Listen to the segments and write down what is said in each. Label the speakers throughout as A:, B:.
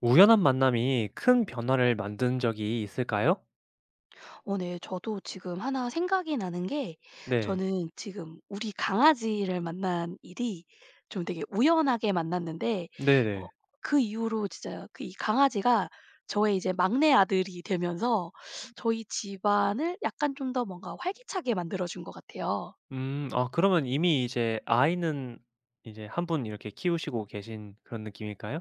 A: 우연한 만남이 큰 변화를 만든 적이 있을까요?
B: 네. 저도 지금 하나 생각이 나는 게
A: 네.
B: 저는 지금 우리 강아지를 만난 일이 좀 되게 우연하게 만났는데 어
A: 네네.
B: 그 이후로 진짜 그 이 강아지가 저의 이제 막내 아들이 되면서 저희 집안을 약간 좀 더 뭔가 활기차게 만들어 준 것 같아요.
A: 음. 아 그러면 이미 이제 아이는 이제 한 분 이렇게 키우시고 계신 그런 느낌일까요?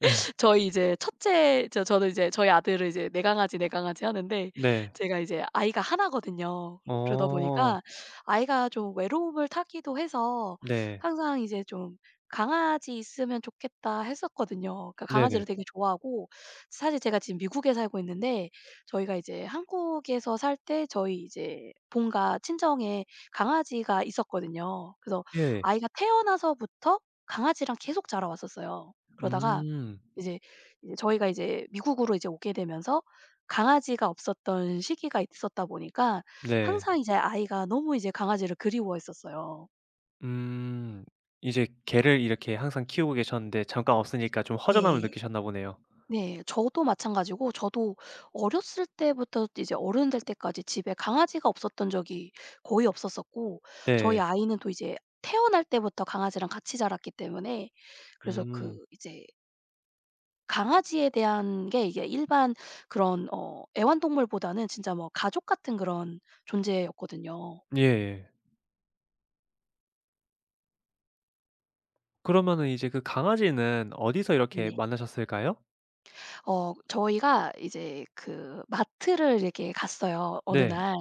A: 네,
B: 저희 이제 첫째 저는 이제 저희 아들을 이제 "내 강아지, 내 강아지." 하는데
A: 네.
B: 제가 이제 아이가 하나 거든요. 그러다
A: 어.
B: 보니까 아이가 좀 외로움을 타기도 해서
A: 네.
B: 항상 이제 좀 '강아지 있으면 좋겠다.' 했었거든요. 그러니까
A: 네네.
B: 강아지를 되게 좋아하고 사실 제가 지금 미국에 살고 있는데 저희가 이제 한국에서 살 때 저희 이제 본가 친정에 강아지가 있었거든요. 그래서
A: 예.
B: 아이가 태어나서부터 강아지랑 계속 자라왔었어요. 그러다가
A: 음.
B: 이제 이제 저희가 이제 미국으로 이제 오게 되면서 강아지가 없었던 시기가 있었다 보니까
A: 네.
B: 항상 이제 아이가 너무 이제 강아지를 그리워했었어요.
A: 음. 이제 개를 이렇게 항상 키우고 계셨는데 잠깐 없으니까 좀 허전함을
B: 네.
A: 느끼셨나 보네요.
B: 네. 저도 마찬가지고 저도 어렸을 때부터 이제 어른 될 때까지 집에 강아지가 없었던 적이 거의 없었었고 저희
A: 네.
B: 아이는 또 이제 태어날 때부터 강아지랑 같이 자랐기 때문에 그래서 그
A: 음.
B: 이제 강아지에 대한 게 이게 일반 그런 애완동물보다는 진짜 뭐 가족 같은 그런 존재였거든요.
A: 예예. 그러면은 이제 그 강아지는 어디서 이렇게
B: 네네.
A: 만나셨을까요?
B: 저희가 이제 그 마트를 이렇게 갔어요, 어느
A: 네.
B: 날.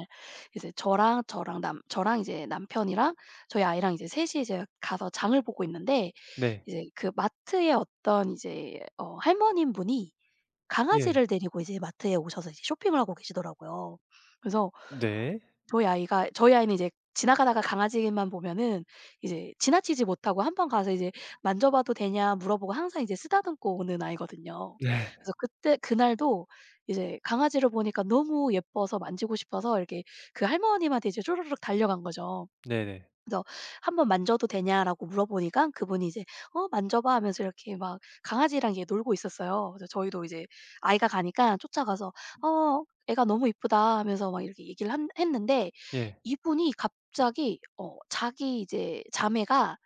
B: 이제 저랑 이제 남편이랑 저희 아이랑 이제 셋이 이제 가서 장을 보고 있는데
A: 네.
B: 이제 그 마트에 어떤 이제 할머님 분이
A: 예.
B: 강아지를 데리고 이제 마트에 오셔서 이제 쇼핑을 하고 계시더라고요. 그래서
A: 네.
B: 저희 아이는 이제 지나가다가 강아지만 보면은 이제 지나치지 못하고 한 번 가서 이제 "만져봐도 되냐?" 물어보고 항상 이제 쓰다듬고 오는 아이거든요.
A: 네.
B: 그래서 그때 그날도 이제 강아지를 보니까 너무 예뻐서 만지고 싶어서 이렇게 그 할머님한테 이제 쪼르륵 달려간 거죠.
A: 네네.
B: 그래서 "한 번 만져도 되냐?"라고 물어보니까 그분이 이제 "어 만져봐." 하면서 이렇게 막 강아지랑 이렇게 놀고 있었어요. 그래서 저희도 이제 아이가 가니까 쫓아가서 "어 애가 너무 이쁘다." 하면서 막 이렇게 얘기를 한 했는데
A: 예.
B: 이분이 갑자기 자기 이제 자매가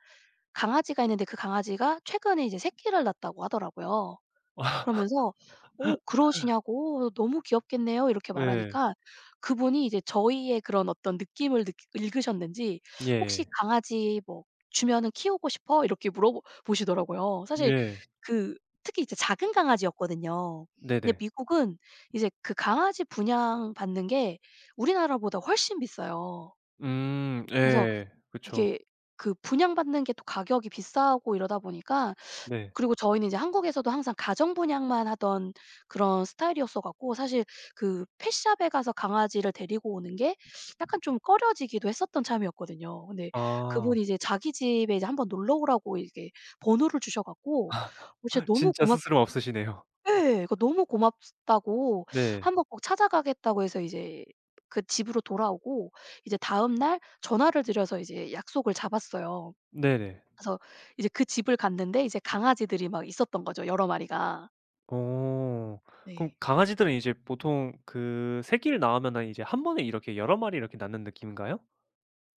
B: 강아지가 있는데 그 강아지가 최근에 이제 새끼를 낳았다고 하더라고요. 그러면서 "어 그러시냐고. 너무 귀엽겠네요." 이렇게
A: 네.
B: 말하니까 그분이 이제 저희의 그런 어떤 느낌을 느 읽으셨는지 "혹시
A: 예예.
B: 강아지 뭐 주면은 키우고 싶어?" 이렇게 물어보 보시더라고요. 사실
A: 예.
B: 그 특히 이제 작은 강아지였거든요. 근데
A: 네네.
B: 미국은 이제 그 강아지 분양받는 게 우리나라보다 훨씬 비싸요. 그래서
A: 예. 그쵸.
B: 이게 그 분양받는 게 또 가격이 비싸고 이러다 보니까
A: 네.
B: 그리고 저희는 이제 한국에서도 항상 가정 분양만 하던 그런 스타일이었어 갖고 사실 그 펫샵에 가서 강아지를 데리고 오는 게 약간 좀 꺼려지기도 했었던 참이었거든요. 근데
A: 아.
B: 그분이 이제 자기 집에 이제 한번 놀러 오라고 이렇게 번호를 주셔 갖고 진짜 너무
A: 진짜
B: 고맙
A: 스스럼 없으시네요.
B: 예. 그 너무 고맙다고
A: 네.
B: 한번 꼭 찾아가겠다고 해서 이제 그 집으로 돌아오고 이제 다음날 전화를 드려서 이제 약속을 잡았어요.
A: 네네.
B: 그래서 이제 그 집을 갔는데 이제 강아지들이 막 있었던 거죠, 여러 마리가.
A: 어. 그럼
B: 네.
A: 강아지들은 이제 보통 그 새끼를 낳으면은 이제 한 번에 이렇게 여러 마리 이렇게 낳는 느낌인가요?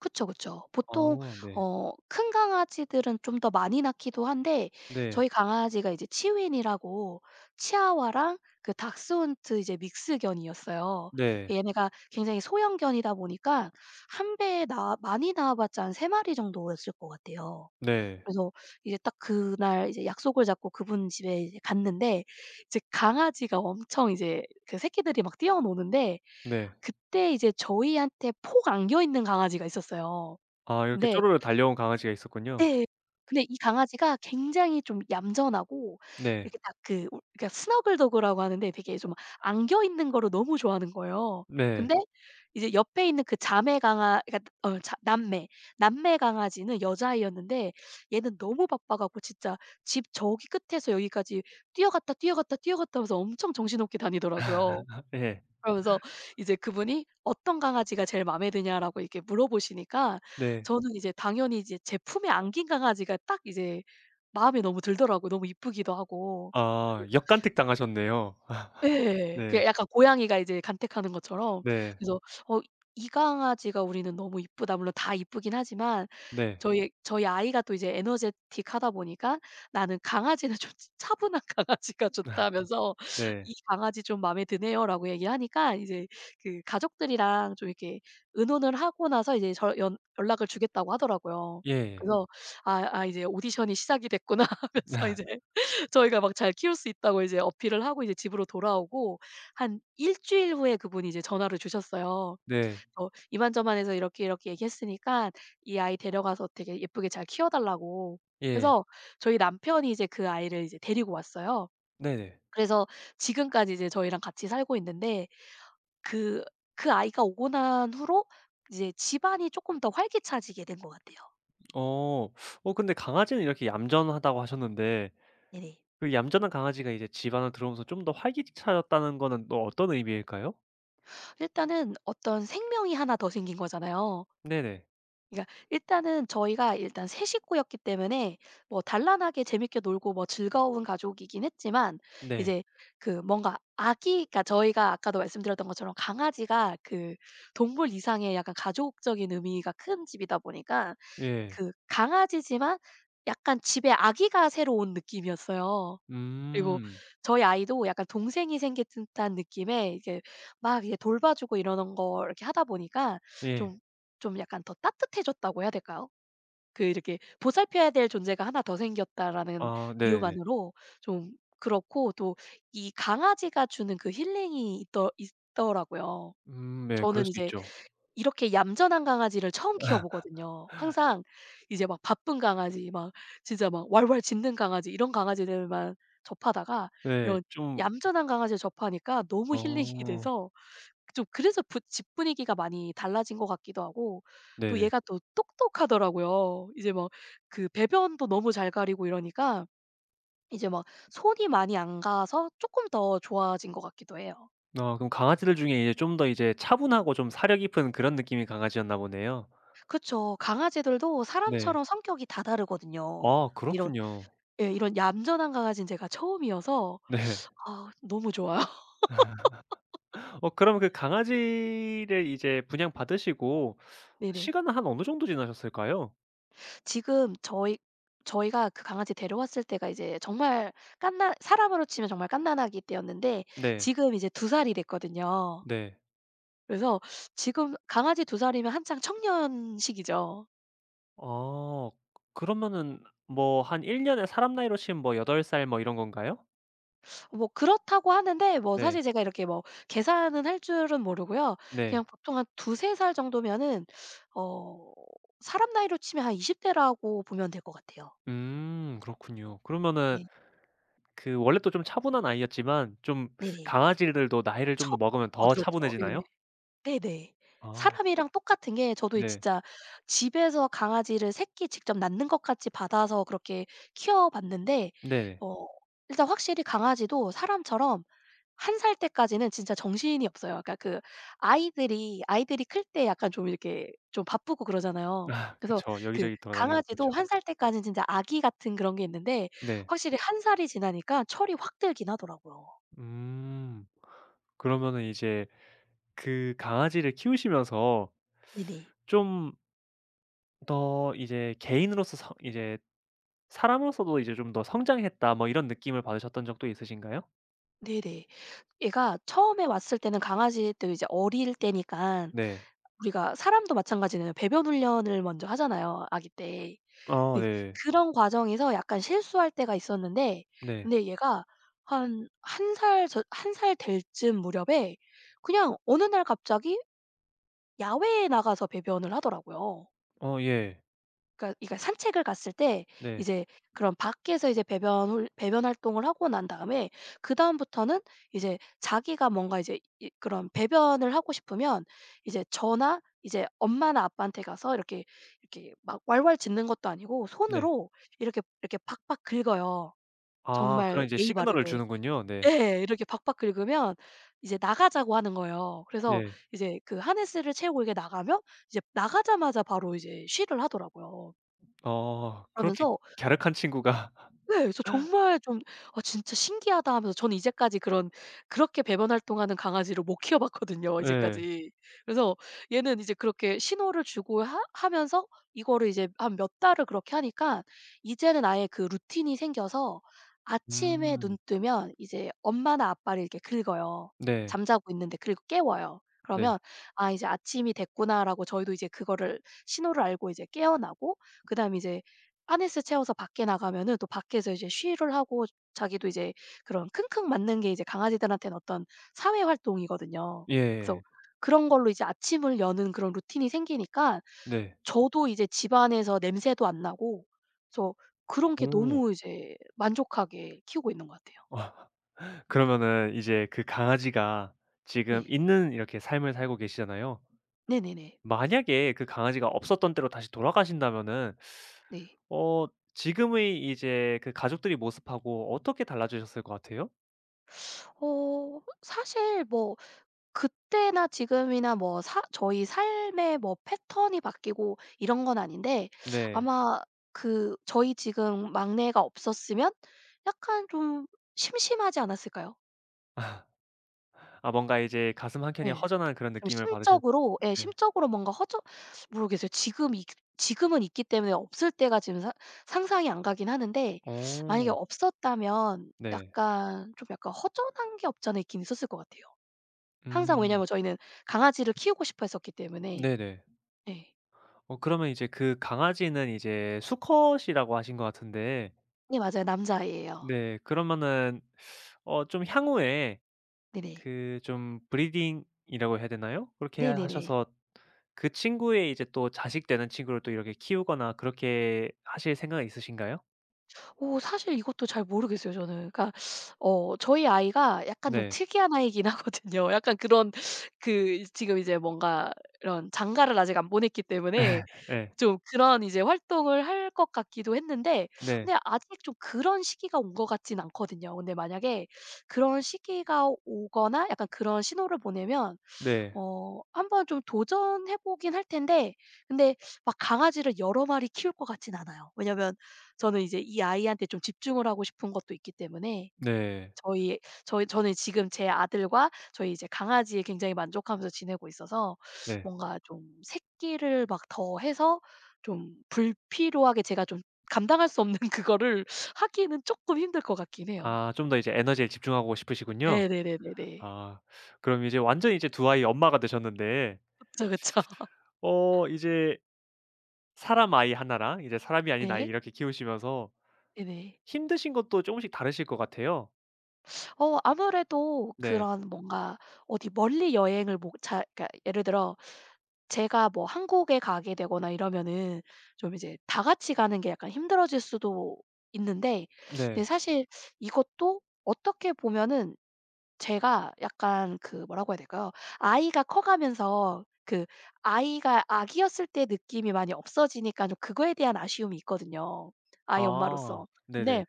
B: 그쵸, 그쵸. 보통
A: 아 네.
B: 큰 강아지들은 좀 더 많이 낳기도 한데
A: 네.
B: 저희 강아지가 이제 치윈이라고 치아와랑 그 닥스훈트 이제 믹스견이었어요.
A: 네.
B: 얘네가 굉장히 소형견이다 보니까 한 배에 낳아 많이 낳아 봤자 한 3마리 마리 정도였을 것 같아요.
A: 네.
B: 그래서 이제 딱 그날 이제 약속을 잡고 그분 집에 이제 갔는데 이제 강아지가 엄청 이제 그 새끼들이 막 뛰어노는데
A: 네.
B: 그때 이제 저희한테 폭 안겨 있는 강아지가 있었어요.
A: 아 이렇게
B: 근데
A: 쪼르르 달려온 강아지가 있었군요.
B: 네. 근데 이 강아지가 굉장히 좀 얌전하고
A: 네.
B: 이렇게 딱 그 우 그러니까 스너글더그라고 하는데 되게 좀 안겨 있는 거를 너무 좋아하는 거예요.
A: 네.
B: 근데 이제 옆에 있는 그 자매 강아 그러니까 남매 강아지는 여자아이였는데 얘는 너무 바빠 갖고 진짜 집 저기 끝에서 여기까지 뛰어갔다, 뛰어갔다, 뛰어갔다 하면서 엄청 정신없게 다니더라고요.
A: 예.
B: 그러면서 이제 그분이 "어떤 강아지가 제일 마음에 드냐?"라고 이렇게 물어보시니까
A: 네.
B: 저는 이제 당연히 이제 제 품에 안긴 강아지가 딱 이제 마음에 너무 들더라고요, 너무 이쁘기도 하고.
A: 아
B: 그래서
A: 역간택 당하셨네요.
B: 예. 그
A: 네.
B: 약간 고양이가 이제 간택하는 것처럼.
A: 네.
B: 그래서 어 '이 강아지가 우리는 너무 이쁘다.' 물론 다 이쁘긴 하지만
A: 네.
B: 저희 아이가 또 이제 에너제틱하다 보니까 "나는 강아지는 좀 치 차분한 강아지가
A: 아
B: 좋다."면서
A: 네.
B: "이 강아지 좀 마음에 드네요."라고 얘기하니까 이제 그 가족들이랑 좀 이렇게 의논을 하고 나서 이제 저 연 연락을 주겠다고 하더라고요.
A: 예.
B: 그래서 '아 아 이제 오디션이 시작이 됐구나.' 하면서
A: 아
B: 이제 저희가 막 잘 키울 수 있다고 이제 어필을 하고 이제 집으로 돌아오고 한 1주일 후에 그분이 이제 전화를 주셨어요.
A: 네.
B: 저 이만저만해서 이렇게 이렇게 얘기했으니까 이 아이 데려가서 되게 예쁘게 잘 키워달라고.
A: 예.
B: 그래서 저희 남편이 이제 그 아이를 이제 데리고 왔어요.
A: 네네.
B: 그래서 지금까지 이제 저희랑 같이 살고 있는데 그 그 아이가 오고 난 후로 이제 집안이 조금 더 활기차지게 된 것 같아요.
A: 어. 어 근데 강아지는 이렇게 얌전하다고 하셨는데
B: 네네.
A: 그 얌전한 강아지가 이제 집 안으로 들어오면서 좀 더 활기차졌다는 거는 또 어떤 의미일까요?
B: 일단은 어떤 생명이 하나 더 생긴 거잖아요.
A: 네네.
B: 그러니까 일단은 저희가 일단 3식구 식구였기 때문에 뭐 단란하게 재밌게 놀고 뭐 즐거운 가족이긴 했지만
A: 네.
B: 이제 그 뭔가 아기 그러니까 저희가 아까도 말씀드렸던 것처럼 강아지가 그 동물 이상의 약간 가족적인 의미가 큰 집이다 보니까
A: 예.
B: 그 강아지지만 약간 집에 아기가 새로 온 느낌이었어요. 그리고
A: 음.
B: 저희 아이도 약간 동생이 생긴 듯한 느낌에 이게 막 이제 돌봐주고 이러는 걸 이렇게 하다 보니까
A: 예.
B: 좀 좀 약간 더 따뜻해졌다고 해야 될까요? 그 이렇게 '보살펴야 될 존재가 하나 더 생겼다.'라는
A: 아 네네네.
B: 이유만으로 좀 그렇고 또 이 강아지가 주는 그 힐링이 있더라고요.
A: 네. 그럴
B: 저는
A: 수
B: 이제
A: 있죠.
B: 이렇게 얌전한 강아지를 처음 키워 보거든요. 항상 이제 막 바쁜 강아지 막 진짜 막 왈왈 짖는 강아지 이런 강아지들만 접하다가
A: 네.
B: 이런
A: 좀
B: 얌전한 강아지를 접하니까 너무 힐링이
A: 어.
B: 돼서 좀 그래서 부 집 분위기가 많이 달라진 것 같기도 하고 또
A: 네네.
B: 얘가 또 똑똑하더라고요. 이제 막 그 배변도 너무 잘 가리고 이러니까 이제 막 손이 많이 안 가서 조금 더 좋아진 것 같기도 해요.
A: 어 그럼 강아지들 중에 이제 좀 더 이제 차분하고 좀 사려 깊은 그런 느낌의 강아지였나 보네요.
B: 그쵸. 강아지들도
A: 네.
B: 사람처럼 성격이 다 다르거든요.
A: 아
B: 이런
A: 그렇군요.
B: 예, 이런 얌전한 강아지는 제가 처음이어서
A: 네.
B: 아 너무 좋아요.
A: 어 그럼 그 강아지를 이제 분양받으시고
B: 네네.
A: 시간은 한 어느 정도 지나셨을까요?
B: 지금 저희가 그 강아지 데려왔을 때가 이제 정말 깐난 사람으로 치면 정말 깐난아기 때였는데
A: 네.
B: 지금 이제 두 살이 됐거든요.
A: 네.
B: 그래서 지금 강아지 두 살이면 한창 청년 시기죠.
A: 아 그러면은 뭐 한 1년 년에 사람 나이로 치면 뭐 8살 뭐 이런 건가요?
B: 뭐 그렇다고 하는데 뭐
A: 네.
B: 사실 제가 이렇게 뭐 계산은 할 줄은 모르고요.
A: 네.
B: 그냥 보통 한 두세 살 정도면은 어 사람 나이로 치면 한 20대 대라고 보면 될 것 같아요.
A: 그렇군요. 그러면은
B: 네.
A: 그 원래 또 좀 차분한 아이였지만 좀
B: 네네.
A: 강아지들도 나이를 좀 더
B: 처음
A: 먹으면
B: 더
A: 더
B: 들었죠. 예.
A: 차분해지나요?
B: 네네.
A: 아
B: 사람이랑 똑같은 게 저도 이
A: 네.
B: 진짜 집에서 강아지를 새끼 직접 낳는 것 같이 받아서 그렇게 키워봤는데
A: 네네.
B: 어 일단 확실히 강아지도 사람처럼 1살 때까지는 진짜 정신이 없어요. 그러니까 그 아이들이 클 때 약간 좀 이렇게 좀 바쁘고 그러잖아요.
A: 아
B: 그래서
A: 그쵸.
B: 그
A: 여기저기 돌아다니고
B: 강아지도
A: 그렇죠.
B: 1살 때까지는 진짜 아기 같은 그런 게 있는데
A: 네.
B: 확실히 한 살이 지나니까 철이 확 들긴 하더라고요.
A: 음. 그러면은 이제 그 강아지를 키우시면서
B: 네네.
A: 좀 더 이제 개인으로서 성 이제 사람으로서도 이제 좀 더 '성장했다.' 뭐 이런 느낌을 받으셨던 적도 있으신가요?
B: 네네. 얘가 처음에 왔을 때는 강아지도 이제 어릴 때니까
A: 네.
B: 우리가 사람도 마찬가지네요. 배변 훈련을 먼저 하잖아요, 아기 때.
A: 아
B: 근데
A: 네.
B: 그런 과정에서 약간 실수할 때가 있었는데
A: 네.
B: 근데 얘가 한 1살 살 1살 살 될 쯤 무렵에 그냥 어느 날 갑자기 야외에 나가서 배변을 하더라고요.
A: 어 예.
B: 그러니까 산책을 갔을 때
A: 네.
B: 이제 그런 밖에서 이제 배변 활동을 하고 난 다음에 그다음부터는 이제 자기가 뭔가 이제 이 그런 배변을 하고 싶으면 이제 저나 이제 엄마나 아빠한테 가서 이렇게 이렇게 막 왈왈 짖는 것도 아니고
A: 네.
B: 손으로 이렇게 이렇게 박박 긁어요.
A: 아 그런
B: 정말
A: 이제
B: 예의
A: 시그널을
B: 바르게.
A: 주는군요. 네.
B: 예. 이렇게 박박 긁으면 이제 나가자고 하는 거예요. 그래서
A: 예.
B: 이제 그 하네스를 채우고 이렇게 나가면 이제 나가자마자 바로 이제 쉬를 하더라고요.
A: 어 그렇게
B: 그러면서
A: 갸륵한 친구가
B: 네. 그래서 정말 좀 '아 진짜 신기하다.' 하면서 저는 이제까지 그런 그렇게 배변 활동하는 강아지를 못 키워봤거든요
A: 예.
B: 이제까지. 그래서 얘는 이제 그렇게 신호를 주고 하 하면서 이거를 이제 한 몇 달을 그렇게 하니까 이제는 아예 그 루틴이 생겨서 아침에
A: 음.
B: 눈 뜨면 이제 엄마나 아빠를 이렇게 긁어요.
A: 네.
B: 잠자고 있는데 긁고 깨워요.
A: 네.
B: 그러면 '아 이제 아침이 됐구나.'라고 저희도 이제 그거를 신호를 알고 이제 깨어나고 그다음에 이제 하네스 채워서 밖에 나가면은 또 밖에서 이제 쉬를 하고 자기도 이제 그런 킁킁 맞는 게 이제 강아지들한테는 어떤 사회 활동이거든요.
A: 예예.
B: 그래서 그런 걸로 이제 아침을 여는 그런 루틴이 생기니까
A: 네.
B: 저도 이제 집안에서 냄새도 안 나고 그래서 그런 게
A: 오.
B: 너무 이제 만족하게 키우고 있는 것 같아요.
A: 그러면은 이제 그 강아지가 지금
B: 네.
A: 있는 이렇게 삶을 살고 계시잖아요.
B: 네네네.
A: 만약에 그 강아지가 없었던 때로 다시 돌아가신다면은
B: 네.
A: 어 지금의 이제 그 가족들이 모습하고 어떻게 달라지셨을 것 같아요?
B: 사실 뭐 그때나 지금이나 뭐 사 저희 삶의 뭐 패턴이 바뀌고 이런 건 아닌데
A: 네.
B: 아마 그 저희 지금 막내가 없었으면 약간 좀 심심하지 않았을까요?
A: 아 뭔가 이제 가슴 한켠이
B: 예.
A: 허전한 그런
B: 좀
A: 느낌을 받으셨
B: 심적으로 예,
A: 네.
B: 심적으로 뭔가 허전 모르겠어요. 지금 이 지금은 있기 때문에 없을 때가 지금 사 상상이 안 가긴 하는데 만약에
A: 어
B: 없었다면
A: 네.
B: 약간 좀 약간 허전한 게 없지 않아 있긴 있었을 것 같아요. 항상
A: 음
B: 왜냐하면 저희는 강아지를 키우고 싶어 했었기 때문에.
A: 네네.
B: 예.
A: 어 그러면 이제 그 강아지는 이제 수컷이라고 하신 것 같은데
B: 네 맞아요. 남자아이예요.
A: 네 그러면은 어 좀 향후에
B: 네네.
A: 그 좀 브리딩이라고 해야 되나요? 그렇게 하
B: 네네네.
A: 하셔서 그 친구의 이제 또 자식 되는 친구를 또 이렇게 키우거나 그렇게 하실 생각이 있으신가요?
B: 오 사실 이것도 잘 모르겠어요 저는. 그러니까 저희 아이가 약간 좀
A: 네.
B: 특이한 아이긴 하거든요. 약간 그런 그 지금 이제 뭔가 이런 장가를 아직 안 보냈기 때문에
A: 예.
B: 좀 그런 이제 활동을 할 것 같기도 했는데
A: 네.
B: 근데 아직 좀 그런 시기가 온 것 같진 않거든요. 근데 만약에 그런 시기가 오거나 약간 그런 신호를 보내면
A: 네. 네.
B: 한번 좀 도전해 보긴 할 텐데 근데 막 강아지를 여러 마리 키울 것 같진 않아요. 왜냐면 저는 이제 이 아이한테 좀 집중을 하고 싶은 것도 있기 때문에
A: 네.
B: 저희 저희 저는 지금 제 아들과 저희 이제 강아지에 굉장히 만족하면서 지내고 있어서
A: 네.
B: 뭔가 좀 새끼를 막 더해서 좀 불필요하게 제가 좀 감당할 수 없는 그거를 하기는 조금 힘들 것 같긴 해요.
A: 아 좀 더 이제 에너지를 집중하고 싶으시군요.
B: 네네네네네.
A: 아 그럼 이제 완전히 이제 두 아이 엄마가 되셨는데
B: 그쵸, 그쵸.
A: 어 이제 사람 아이 하나랑 이제 사람이 아닌 아이
B: 네.
A: 이렇게 키우시면서
B: 네네.
A: 힘드신 것도 조금씩 다르실 것 같아요.
B: 아무래도
A: 네.
B: 그런 뭔가 어디 멀리 여행을 못 자 그러니까 예를 들어 제가 뭐 한국에 가게 되거나 이러면은 좀 이제 다 같이 가는 게 약간 힘들어질 수도 있는데 근데
A: 네.
B: 사실 이것도 어떻게 보면은 제가 약간 그 뭐라고 해야 될까요? 아이가 커가면서 그 아이가 아기였을 때 느낌이 많이 없어지니까 좀 그거에 대한 아쉬움이 있거든요, 아이
A: 아
B: 엄마로서.
A: 네네.
B: 근데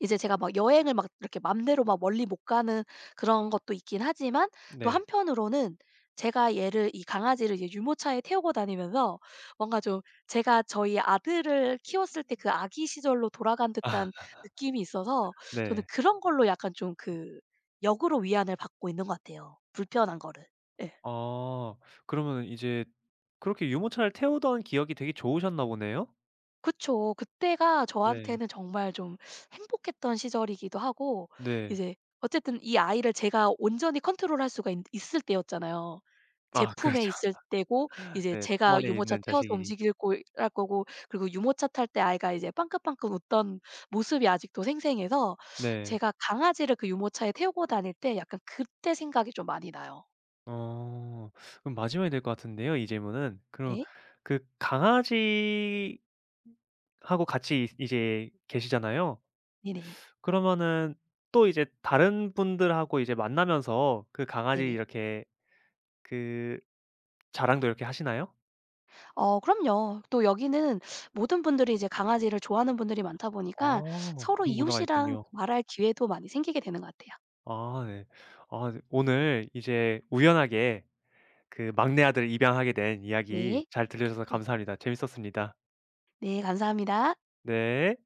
B: 이제 제가 막 여행을 막 이렇게 맘대로 막 멀리 못 가는 그런 것도 있긴 하지만 또
A: 네.
B: 한편으로는 제가 얘를 이 강아지를 이제 유모차에 태우고 다니면서 뭔가 좀 제가 저희 아들을 키웠을 때 그 아기 시절로 돌아간 듯한 느낌이 있어서 저는
A: 네.
B: 그런 걸로 약간 좀 그 역으로 위안을 받고 있는 것 같아요, 불편한 거를. 예.
A: 아 그러면 이제 그렇게 유모차를 태우던 기억이 되게 좋으셨나 보네요?
B: 그쵸. 그때가
A: 네.
B: 저한테는 정말 좀 행복했던 시절이기도 하고
A: 네.
B: 이제 어쨌든 이 아이를 제가 온전히 컨트롤할 수가 있 있을 때였잖아요. 제
A: 아
B: 품에
A: 그렇죠.
B: 있을 때고 이제
A: 네. 품
B: 제가
A: 안에
B: 유모차
A: 있는
B: 태워서
A: 자식이니.
B: 할 거고 그리고 유모차 탈 때 아이가 이제 빵긋빵긋 웃던 모습이 아직도 생생해서
A: 네.
B: 제가 강아지를 그 유모차에 태우고 다닐 때 약간 그때 생각이 좀 많이 나요.
A: 어. 그럼 마지막이 될 것 같은데요 이 질문은. 그럼
B: 네.
A: 그 강아지 하고 같이 이 이제 계시잖아요.
B: 네네.
A: 그러면은 또 이제 다른 분들하고 이제 만나면서 그 강아지
B: 네네.
A: 이렇게 그 자랑도 이렇게 하시나요?
B: 그럼요. 또 여기는 모든 분들이 이제 강아지를 좋아하는 분들이 많다 보니까
A: 아
B: 서로
A: 그런 문화가
B: 이웃이랑
A: 있군요.
B: 말할 기회도 많이 생기게 되는 것 같아요.
A: 아 네. 아 네 오늘 이제 우연하게 그 막내 아들을 입양하게 된 이야기
B: 네.
A: 잘 들려 주셔서
B: 네.
A: 감사합니다. 재밌었습니다.
B: 네 감사합니다.
A: 네.